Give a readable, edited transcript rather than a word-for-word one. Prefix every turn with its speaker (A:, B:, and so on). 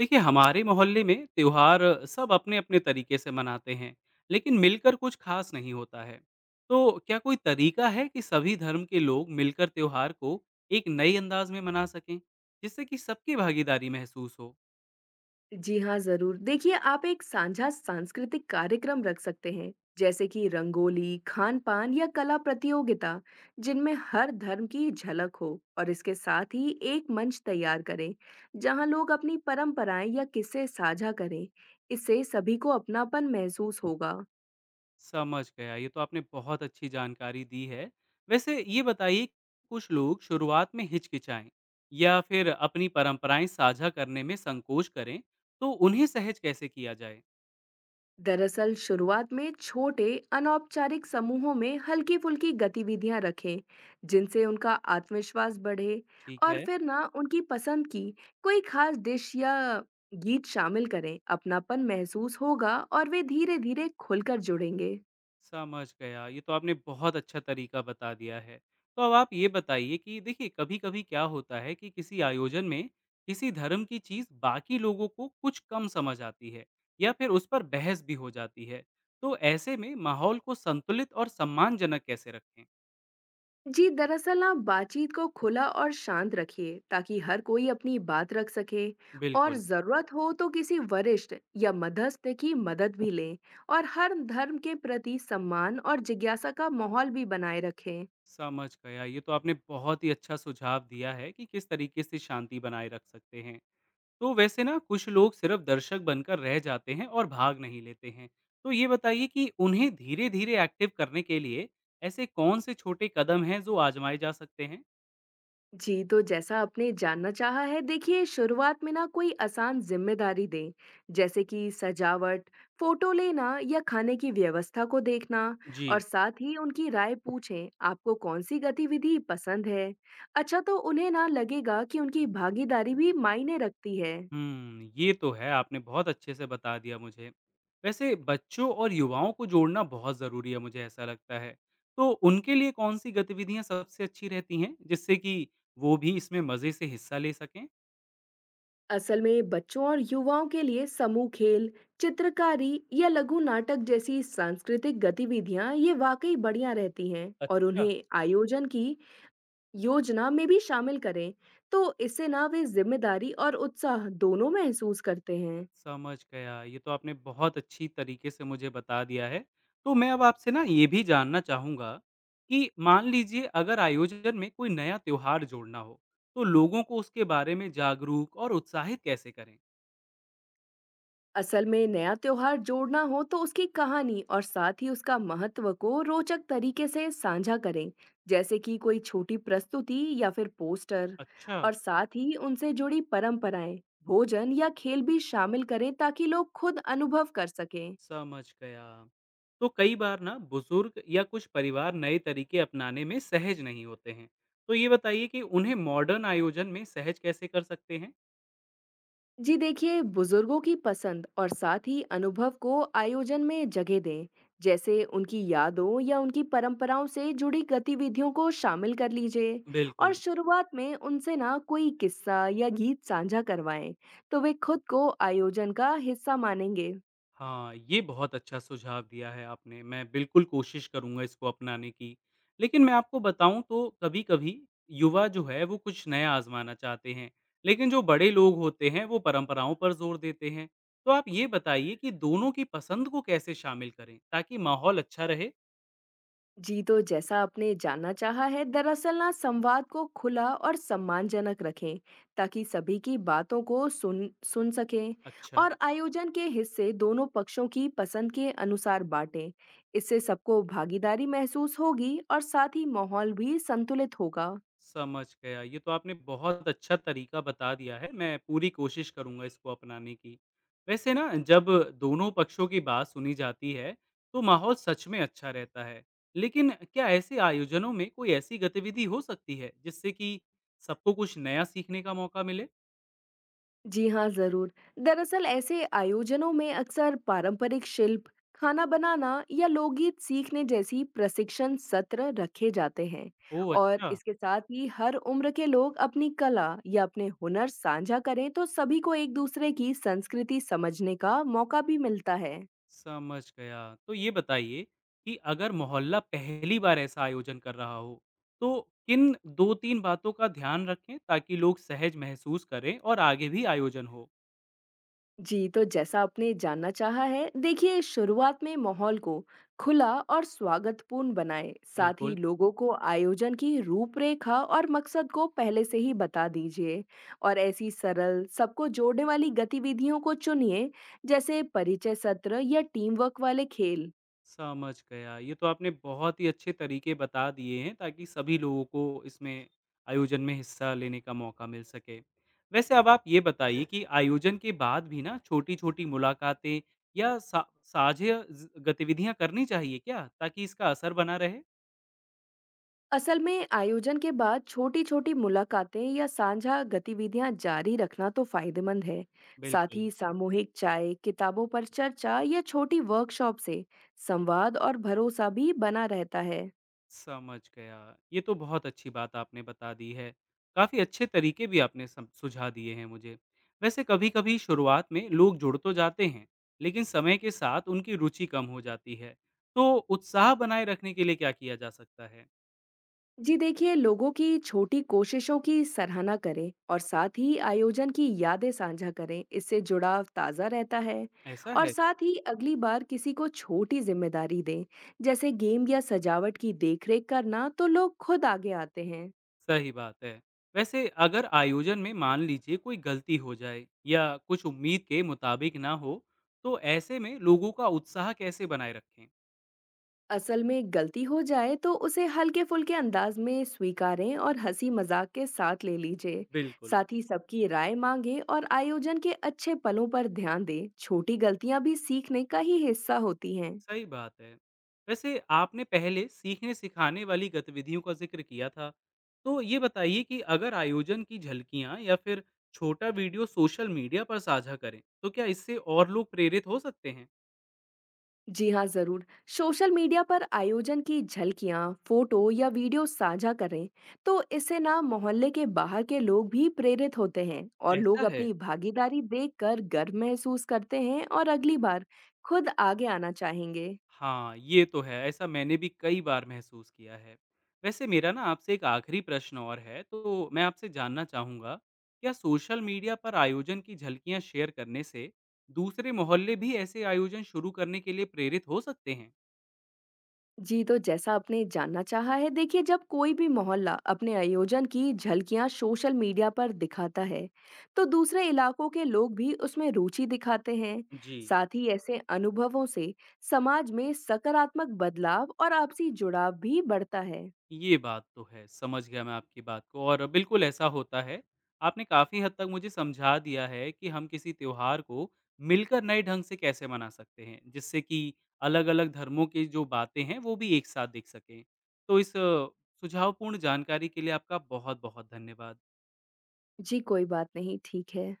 A: देखिए हमारे मोहल्ले में त्योहार सब अपने अपने तरीके से मनाते हैं लेकिन मिलकर कुछ खास नहीं होता है। तो क्या कोई तरीका है कि सभी धर्म के लोग मिलकर त्योहार को एक नए अंदाज में मना सकें जिससे कि सबकी भागीदारी महसूस हो।
B: जी हाँ, ज़रूर। देखिए, आप एक साझा सांस्कृतिक कार्यक्रम रख सकते हैं, जैसे कि रंगोली, खान-पान या कला प्रतियोगिता, जिनमें हर धर्म की झलक हो और इसके साथ ही एक मंच तैयार करें, जहाँ लोग अपनी परंपराएं या किस्से साझा करें। इससे सभी को अपनापन महसूस होगा।
A: समझ गया, ये तो आपने बहुत अच्छी जानकारी दी है। वैसे ये बताइए, कुछ लोग शुरुआत में हिचकिचाएं या फिर अपनी परंपराएं साझा करने में संकोच करें, तो उन्हें सहज कैसे किया जाए।
B: दरअसल शुरुआत में छोटे अनौपचारिक समूहों में हल्की फुल्की गतिविधियां रखें जिनसे उनका आत्मविश्वास बढ़े।
A: ठीक
B: और
A: है।
B: फिर ना उनकी पसंद की कोई खास डिश या गीत शामिल करें, अपनापन महसूस होगा और वे धीरे धीरे खुलकर जुड़ेंगे।
A: समझ गया। ये तो आपने बहुत अच्छा तरीका बता दिया है। तो अब आप ये बताइए कि देखिए कभी-कभी क्या होता है कि किसी आयोजन में किसी धर्म की चीज़ बाकी लोगों को कुछ कम समझ आती है या फिर उस पर बहस भी हो जाती है। तो ऐसे में माहौल को संतुलित और सम्मानजनक कैसे रखें?
B: जी दरअसल आप बातचीत को खुला और शांत रखिए ताकि हर कोई अपनी बात रख सके और
A: बिल्कुल।
B: ज़रूरत हो तो किसी वरिष्ठ या मध्यस्थ की मदद भी लें और हर धर्म के प्रति सम्मान और जिज्ञासा का माहौल भी बनाए रखें।
A: समझ गया। ये तो आपने बहुत ही अच्छा सुझाव दिया है कि किस तरीके से शांति बनाए रख सकते हैं। तो वैसे ना कुछ लोग सिर्फ दर्शक बनकर रह जाते हैं और भाग नहीं लेते हैं। तो ये बताइए कि उन्हें धीरे धीरे एक्टिव करने के लिए ऐसे कौन से छोटे कदम हैं जो आजमाए जा सकते हैं।
B: जी तो जैसा आपने जानना चाहा है, देखिए शुरुआत में ना कोई आसान जिम्मेदारी दें, जैसे कि सजावट, फोटो लेना या खाने की व्यवस्था को देखना।
A: जी।
B: और साथ ही उनकी राय पूछें, आपको कौन सी गतिविधि पसंद है। अच्छा तो उन्हें ना लगेगा कि उनकी भागीदारी भी मायने रखती है।
A: ये तो है, आपने बहुत अच्छे से बता दिया मुझे। वैसे बच्चों और युवाओं को जोड़ना बहुत ज़रूरी है, मुझे ऐसा लगता है। तो उनके लिए कौन सी गतिविधियां सबसे अच्छी रहती हैं जिससे कि वो भी इसमें मज़े से हिस्सा ले सकें।
B: असल में बच्चों और युवाओं के लिए समूह खेल, चित्रकारी या लघु नाटक जैसी सांस्कृतिक गतिविधियां ये वाकई बढ़िया रहती हैं और
A: अच्छा।
B: उन्हें आयोजन की योजना में भी शामिल करें, तो इससे ना वे जिम्मेदारी और उत्साह दोनों महसूस करते हैं।
A: समझ गया। ये तो आपने बहुत अच्छी तरीके से मुझे बता दिया है। तो मैं अब आपसे ना ये भी जानना चाहूँगा कि मान लीजिए अगर आयोजन में कोई नया त्योहार जोड़ना हो, तो लोगों को उसके बारे में जागरूक और उत्साहित कैसे करें?
B: असल में नया त्योहार जोड़ना हो तो उसकी कहानी और साथ ही उसका महत्व को रोचक तरीके से साझा करें, जैसे कि कोई छोटी प्रस्तुति या फिर पोस्टर,
A: अच्छा।
B: और साथ ही उनसे जुड़ी परंपराएं, भोजन या खेल भी शामिल करें ताकि लोग खुद अनुभव कर सकें।
A: समझ गया। तो कई बार ना बुजुर्ग या कुछ परिवार नए तरीके अपनाने में सहज नहीं होते हैं। तो ये बताइए कि उन्हें मॉडर्न आयोजन में सहज कैसे कर सकते हैं?
B: जी देखिए, बुजुर्गों की पसंद और साथ ही अनुभव को आयोजन में जगह दें, जैसे उनकी यादों या उनकी परंपराओं से जुड़ी गतिविधियों को शामिल कर लीजिए। और
A: बिल्कुल।
B: शुरुआत में उनसे ना कोई किस्सा या गीत साझा करवाएं, तो वे खुद को आयोजन का हिस्सा मानेंगे।
A: हाँ, ये बहुत अच्छा सुझाव दिया है आपने, मैं बिल्कुल कोशिश करूँगा इसको अपनाने की। लेकिन मैं आपको बताऊँ तो कभी-कभी युवा जो है वो कुछ नया आज़माना चाहते हैं, लेकिन जो बड़े लोग होते हैं वो परंपराओं पर ज़ोर देते हैं। तो आप ये बताइए कि दोनों की पसंद को कैसे शामिल करें ताकि माहौल अच्छा रहे?
B: जी तो जैसा आपने जानना चाहा है, दरअसल ना संवाद को खुला और सम्मानजनक रखें ताकि सभी की बातों को सुन सुन सकें।
A: अच्छा।
B: और आयोजन के हिस्से दोनों पक्षों की पसंद के अनुसार बांटें, इससे सबको भागीदारी महसूस होगी और साथ ही माहौल भी संतुलित होगा।
A: समझ गया। ये तो आपने बहुत अच्छा तरीका बता दिया है। मैं पूरी कोशिश करूँगा इसको अपनाने की। वैसे ना जब दोनों पक्षों की बात सुनी जाती है, तो माहौल सच में अच्छा रहता है। लेकिन क्या ऐसे आयोजनों में कोई ऐसी गतिविधि हो सकती है जिससे कि सबको कुछ नया सीखने का मौका मिले?
B: जी हाँ, ज़रूर। दरअसल ऐसे आयोजनों में अक्सर पारंपरिक शिल्प, खाना बनाना या लोकगीत सीखने जैसी प्रशिक्षण सत्र रखे जाते हैं
A: ओह!
B: और
A: अच्छा।
B: इसके साथ ही हर उम्र के लोग अपनी कला या अपने हुनर साझा करें तो सभी को एक दूसरे की संस्कृति समझने का मौका भी मिलता है।
A: समझ गया। तो ये बताइए कि अगर मोहल्ला पहली बार ऐसा आयोजन कर रहा हो, तो किन 2-3 बातों का ध्यान रखें ताकि लोग सहज महसूस करें और आगे भी आयोजन हो?
B: जी तो जैसा आपने जानना चाहा है, देखिए शुरुआत में माहौल को खुला और स्वागतपूर्ण बनाएं, साथ ही
A: बिल्कुल।
B: लोगों को आयोजन की रूपरेखा और मकसद को पहले से ही बता दीजिए। और ऐसी सरल सबको जोड़ने वाली गतिविधियों को चुनिए, जैसे परिचय सत्र या टीम वर्क वाले खेल।
A: समझ गया। ये तो आपने बहुत ही अच्छे तरीके बता दिए हैं ताकि सभी लोगों को इसमें आयोजन में हिस्सा लेने का मौका मिल सके। वैसे अब आप ये बताइए कि आयोजन के बाद भी ना छोटी-छोटी मुलाकातें या सा साझा गतिविधियां करनी चाहिए क्या ताकि इसका असर बना रहे?
B: असल में आयोजन के बाद छोटी-छोटी मुलाकातें या साझा गतिविधियां जारी रखना तो फायदेमंद है। साथ
A: बिल्कुल।
B: ही सामूहिक चाय, किताबों पर चर्चा या छोटी वर्कशॉप से संवाद और भरोसा भी बना रहता है।
A: समझ गया। ये तो बहुत अच्छी बात आपने बता दी है। काफ़ी अच्छे तरीके भी आपने सम सुझा दिए हैं मुझे। वैसे कभी-कभी शुरुआत में लोग जुड़ तो जाते हैं, लेकिन समय के साथ उनकी रुचि कम हो जाती है। तो उत्साह बनाए रखने के लिए क्या किया जा सकता है?
B: जी देखिए, लोगों की छोटी कोशिशों की सराहना करें और साथ ही आयोजन की यादें साझा करें। इससे जुड़ाव ताज़ा रहता है।
A: ऐसा
B: और
A: है।
B: साथ ही अगली बार किसी को छोटी जिम्मेदारी दें, जैसे गेम या सजावट की देखरेख करना, तो लोग खुद आगे आते हैं।
A: सही बात है। वैसे अगर आयोजन में मान लीजिए कोई गलती हो जाए या कुछ उम्मीद के मुताबिक ना हो, तो ऐसे में लोगों का उत्साह कैसे बनाए रखें?
B: असल में गलती हो जाए तो उसे हल्के फुल्के अंदाज में स्वीकारें और हंसी मजाक के साथ ले लीजिए।
A: बिल्कुल।
B: साथ ही सबकी राय मांगे और आयोजन के अच्छे पलों पर ध्यान दें, छोटी गलतियां भी सीखने का ही हिस्सा होती हैं।
A: सही बात है। वैसे आपने पहले सीखने-सिखाने वाली गतिविधियों का ज़िक्र किया था, तो ये बताइए कि अगर आयोजन की झलकियाँ या फिर छोटा वीडियो सोशल मीडिया पर साझा करें, तो क्या इससे और लोग प्रेरित हो सकते हैं?
B: जी हाँ जरूर। सोशल मीडिया पर आयोजन की झलकियां, फोटो या वीडियो साझा करें तो इससे ना मोहल्ले के बाहर के लोग भी प्रेरित होते हैं और लोग
A: ऐसा है?
B: अपनी भागीदारी देखकर गर्व महसूस करते हैं और अगली बार खुद आगे आना चाहेंगे।
A: हाँ, ये तो है, ऐसा मैंने भी कई बार महसूस किया है। वैसे मेरा ना आपसे एक आखिरी प्रश्न और है, तो मैं आपसे जानना चाहूँगा, क्या सोशल मीडिया पर आयोजन की झलकियाँ शेयर करने से दूसरे मोहल्ले भी ऐसे आयोजन शुरू करने के लिए प्रेरित हो सकते हैं?
B: जी, तो जैसा आपने जानना चाहा है, देखिए जब कोई भी मोहल्ला अपने आयोजन की झलकियां सोशल मीडिया पर दिखाता है, तो दूसरे इलाकों के लोग भी उसमें रुचि दिखाते हैं।
A: जी।
B: साथ ही ऐसे अनुभवों से समाज में सकारात्मक बदलाव और आपसी जुड़ाव भी बढ़ता है।
A: ये बात तो है, समझ गया मैं आपकी बात को, और बिल्कुल ऐसा होता है। आपने काफ़ी हद तक मुझे समझा दिया है कि हम किसी त्योहार को मिलकर नए ढंग से कैसे मना सकते हैं, जिससे कि अलग-अलग धर्मों की जो बातें हैं, वो भी एक साथ दिख सकें। तो सुझावपूर्ण जानकारी के लिए आपका बहुत-बहुत धन्यवाद।
B: जी, कोई बात नहीं, ठीक है।